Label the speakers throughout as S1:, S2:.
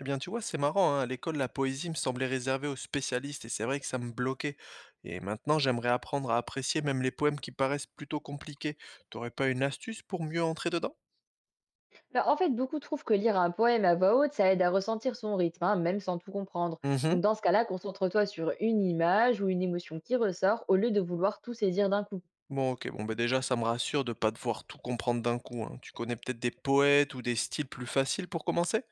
S1: Eh bien, tu vois, c'est marrant, hein, à l'école, la poésie me semblait réservée aux spécialistes et c'est vrai que ça me bloquait. Et maintenant, j'aimerais apprendre à apprécier même les poèmes qui paraissent plutôt compliqués. T'aurais pas une astuce pour mieux entrer dedans?
S2: Bah, en fait, beaucoup trouvent que lire un poème à voix haute, ça aide à ressentir son rythme, hein, même sans tout comprendre. Donc
S1: Mhm.
S2: dans ce cas-là, concentre-toi sur une image ou une émotion qui ressort au lieu de vouloir tout saisir d'un coup.
S1: Bon, ok, bon, bah déjà, ça me rassure de pas devoir tout comprendre d'un coup, hein. Tu connais peut-être des poètes ou des styles plus faciles pour commencer?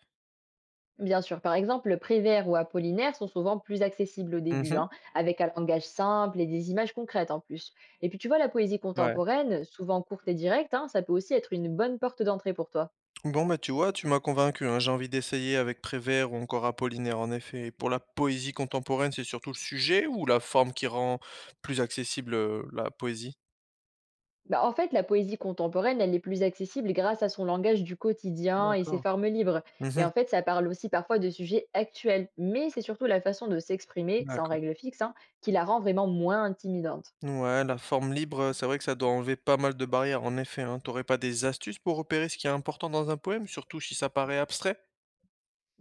S2: Bien sûr, par exemple, Prévert ou Apollinaire sont souvent plus accessibles au début,
S1: Mhm.
S2: hein, avec un langage simple et des images concrètes en plus. Et puis tu vois, la poésie
S1: Ouais.
S2: contemporaine, souvent courte et directe, hein, ça peut aussi être une bonne porte d'entrée pour toi.
S1: Bon, bah tu vois, tu m'as convaincu, hein. J'ai envie d'essayer avec Prévert ou encore Apollinaire, en effet. Et pour la poésie contemporaine, c'est surtout le sujet ou la forme qui rend plus accessible la poésie?
S2: Bah, en fait, la poésie contemporaine, elle est plus accessible grâce à son langage du quotidien et ses
S1: D'accord.
S2: formes libres.
S1: Mmh.
S2: Et en fait, ça parle aussi parfois de sujets actuels, mais c'est surtout la façon de s'exprimer, sans
S1: D'accord.
S2: règle fixe, hein, qui la rend vraiment moins intimidante.
S1: Ouais, la forme libre, c'est vrai que ça doit enlever pas mal de barrières en effet, hein. Tu pas des astuces pour repérer ce qui est important dans un poème, surtout si ça paraît abstrait?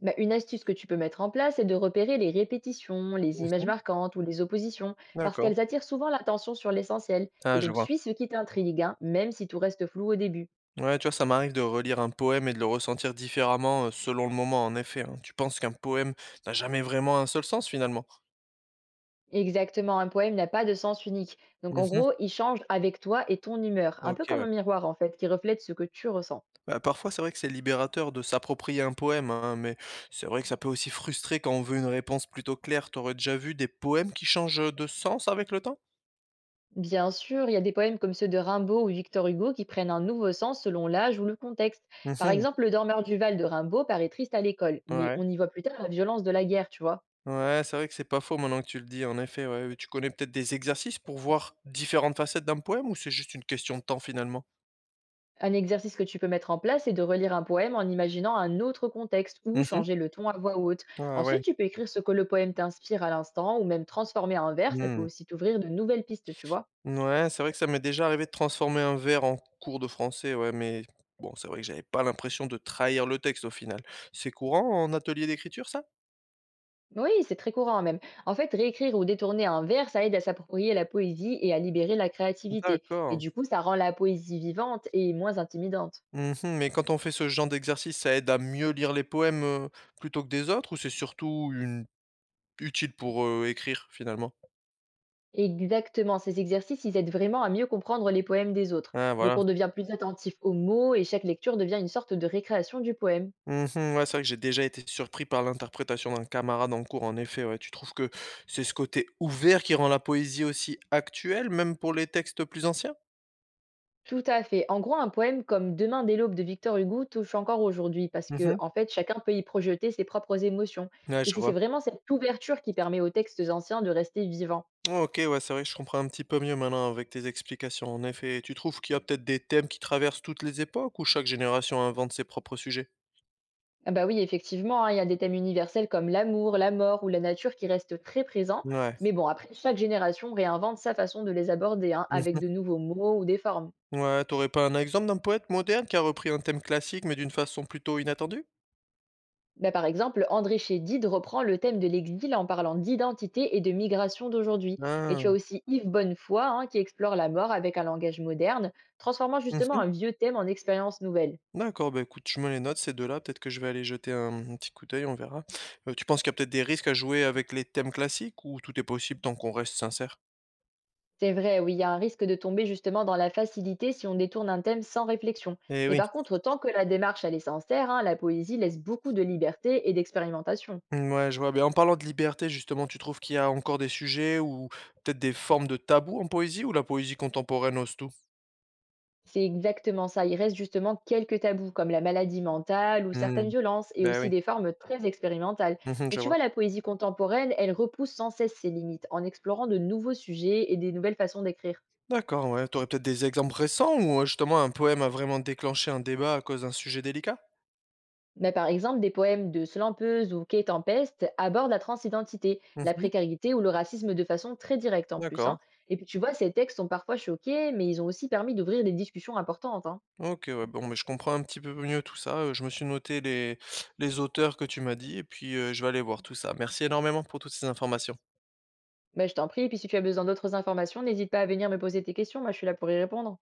S2: Bah, une astuce que tu peux mettre en place, c'est de repérer les répétitions, les images
S1: Mmh.
S2: marquantes ou les oppositions, parce
S1: D'accord.
S2: qu'elles attirent souvent l'attention sur l'essentiel, et
S1: Ah, je
S2: donc
S1: vois.
S2: suis ce qui t'intrigue, hein, même si tout reste flou au début.
S1: Ouais, tu vois, ça m'arrive de relire un poème et de le ressentir différemment, selon le moment en effet, hein. Tu penses qu'un poème n'a jamais vraiment un seul sens finalement?
S2: Exactement, un poème n'a pas de sens unique. Donc en
S1: Mmh.
S2: gros, il change avec toi et ton humeur, un peu
S1: OK,
S2: comme un
S1: ouais.
S2: miroir en fait, qui reflète ce que tu ressens.
S1: Bah, parfois c'est vrai que c'est libérateur de s'approprier un poème, hein, mais c'est vrai que ça peut aussi frustrer quand on veut une réponse plutôt claire. T'aurais déjà vu des poèmes qui changent, de sens avec le temps?
S2: Bien sûr, il y a des poèmes comme ceux de Rimbaud ou Victor Hugo qui prennent un nouveau sens selon l'âge ou le contexte.
S1: Mmh
S2: Par
S1: mh.
S2: exemple, Le Dormeur du Val de Rimbaud paraît triste à l'école, mais
S1: Ouais.
S2: on y voit plus tard la violence de la guerre, tu vois.
S1: Ouais, c'est vrai que c'est pas faux maintenant que tu le dis, en effet, ouais, oui. Tu connais peut-être des exercices pour voir différentes facettes d'un poème ou c'est juste une question de temps finalement?
S2: Un exercice que tu peux mettre en place est de relire un poème en imaginant un autre contexte ou
S1: Mmh mh.
S2: changer le ton à voix haute.
S1: Ah
S2: Ensuite,
S1: ouais.
S2: tu peux écrire ce que le poème t'inspire à l'instant ou même transformer un vers, ça peut
S1: Mmh.
S2: aussi t'ouvrir de nouvelles pistes, tu vois.
S1: Ouais, c'est vrai que ça m'est déjà arrivé de transformer un vers en cours de français, ouais, mais bon, c'est vrai que j'avais pas l'impression de trahir le texte au final. C'est courant en atelier d'écriture ça?
S2: Oui, c'est très courant même. En fait, réécrire ou détourner un vers, ça aide à s'approprier la poésie et à libérer la créativité. Et
S1: D'accord.
S2: du coup, ça rend la poésie vivante et moins intimidante.
S1: Mmh mh, mais quand on fait ce genre d'exercice, ça aide à mieux lire les poèmes, plutôt que des autres ou c'est surtout une utile pour, écrire finalement?
S2: Exactement, ces exercices, ils aident vraiment à mieux comprendre les poèmes des autres.
S1: Ah
S2: Donc
S1: voilà.
S2: on devient plus attentif aux mots et chaque lecture devient une sorte de récréation du poème.
S1: Mmh, ouais, c'est vrai que j'ai déjà été surpris par l'interprétation d'un camarade en cours, en effet, ouais. Tu trouves que c'est ce côté ouvert qui rend la poésie aussi actuelle, même pour les textes plus anciens?
S2: Tout à fait. En gros, un poème comme Demain dès l'aube de Victor Hugo touche encore aujourd'hui parce que,
S1: Mmh.
S2: en fait, chacun peut y projeter ses propres émotions.
S1: Ouais,
S2: Et
S1: je
S2: c'est
S1: vois.
S2: vraiment cette ouverture qui permet aux textes anciens de rester vivants.
S1: Oh, OK, ouais, c'est vrai que je comprends un petit peu mieux maintenant avec tes explications, en effet. Tu trouves qu'il y a peut-être des thèmes qui traversent toutes les époques ou chaque génération invente ses propres sujets?
S2: Ah bah oui, effectivement, hein, il y a des thèmes universels comme l'amour, la mort ou la nature qui restent très présents. Mais
S1: Ouais.
S2: bon, après, chaque génération réinvente sa façon de les aborder, hein, avec
S1: Mmh.
S2: de nouveaux mots ou des formes.
S1: Ouais, t'aurais pas un exemple d'un poète moderne qui a repris un thème classique, mais d'une façon plutôt inattendue?
S2: Bah, par exemple, André Chédid reprend le thème de l'exil en parlant d'identité et de migration d'aujourd'hui. Et tu as
S1: Ah.
S2: aussi Yves Bonnefoy, hein, qui explore la mort avec un langage moderne, transformant justement
S1: Mmh.
S2: un vieux thème en expérience nouvelle.
S1: D'accord, bah, écoute, je me les note ces 2 là, peut-être que je vais aller jeter un petit coup d'œil, on verra. Tu penses qu'il y a peut-être des risques à jouer avec les thèmes classiques ou tout est possible tant qu'on reste sincère?
S2: C'est vrai, oui, il y a un risque de tomber justement dans la facilité si on détourne un thème sans réflexion.
S1: Eh
S2: Mais
S1: oui.
S2: par contre, tant que la démarche elle est sincère, hein, la poésie laisse beaucoup de liberté et d'expérimentation.
S1: Mmh, ouais, je vois, mais en parlant de liberté justement, tu trouves qu'il y a encore des sujets ou peut-être des formes de tabous en poésie ou la poésie contemporaine ose tout?
S2: C'est exactement ça. Il reste justement quelques tabous comme la maladie mentale ou
S1: Mmh,
S2: certaines violences et
S1: bah,
S2: aussi
S1: oui.
S2: des formes très expérimentales.
S1: Mmh,
S2: Mais
S1: je
S2: tu vois,
S1: vois.
S2: la poésie contemporaine, elle repousse sans cesse ses limites en explorant de nouveaux sujets et des nouvelles façons d'écrire.
S1: D'accord, ouais, t'aurais peut-être des exemples récents où, justement un poème a vraiment déclenché un débat à cause d'un sujet délicat?
S2: Mais par exemple, des poèmes de Slampeuse ou Kate Tempest abordent la transidentité, la
S1: Mmh,
S2: précarité ou le racisme de façon très directe en plus, hein.
S1: d'accord.
S2: Et puis tu vois, ces textes sont parfois choqués, mais ils ont aussi permis d'ouvrir des discussions importantes, hein.
S1: OK, ouais, bon, mais je comprends un petit peu mieux tout ça, je me suis noté les auteurs que tu m'as dit et puis, je vais aller voir tout ça. Merci énormément pour toutes ces informations.
S2: Bah, je t'en prie, et puis si tu as besoin d'autres informations, n'hésite pas à venir me poser tes questions, moi je suis là pour y répondre.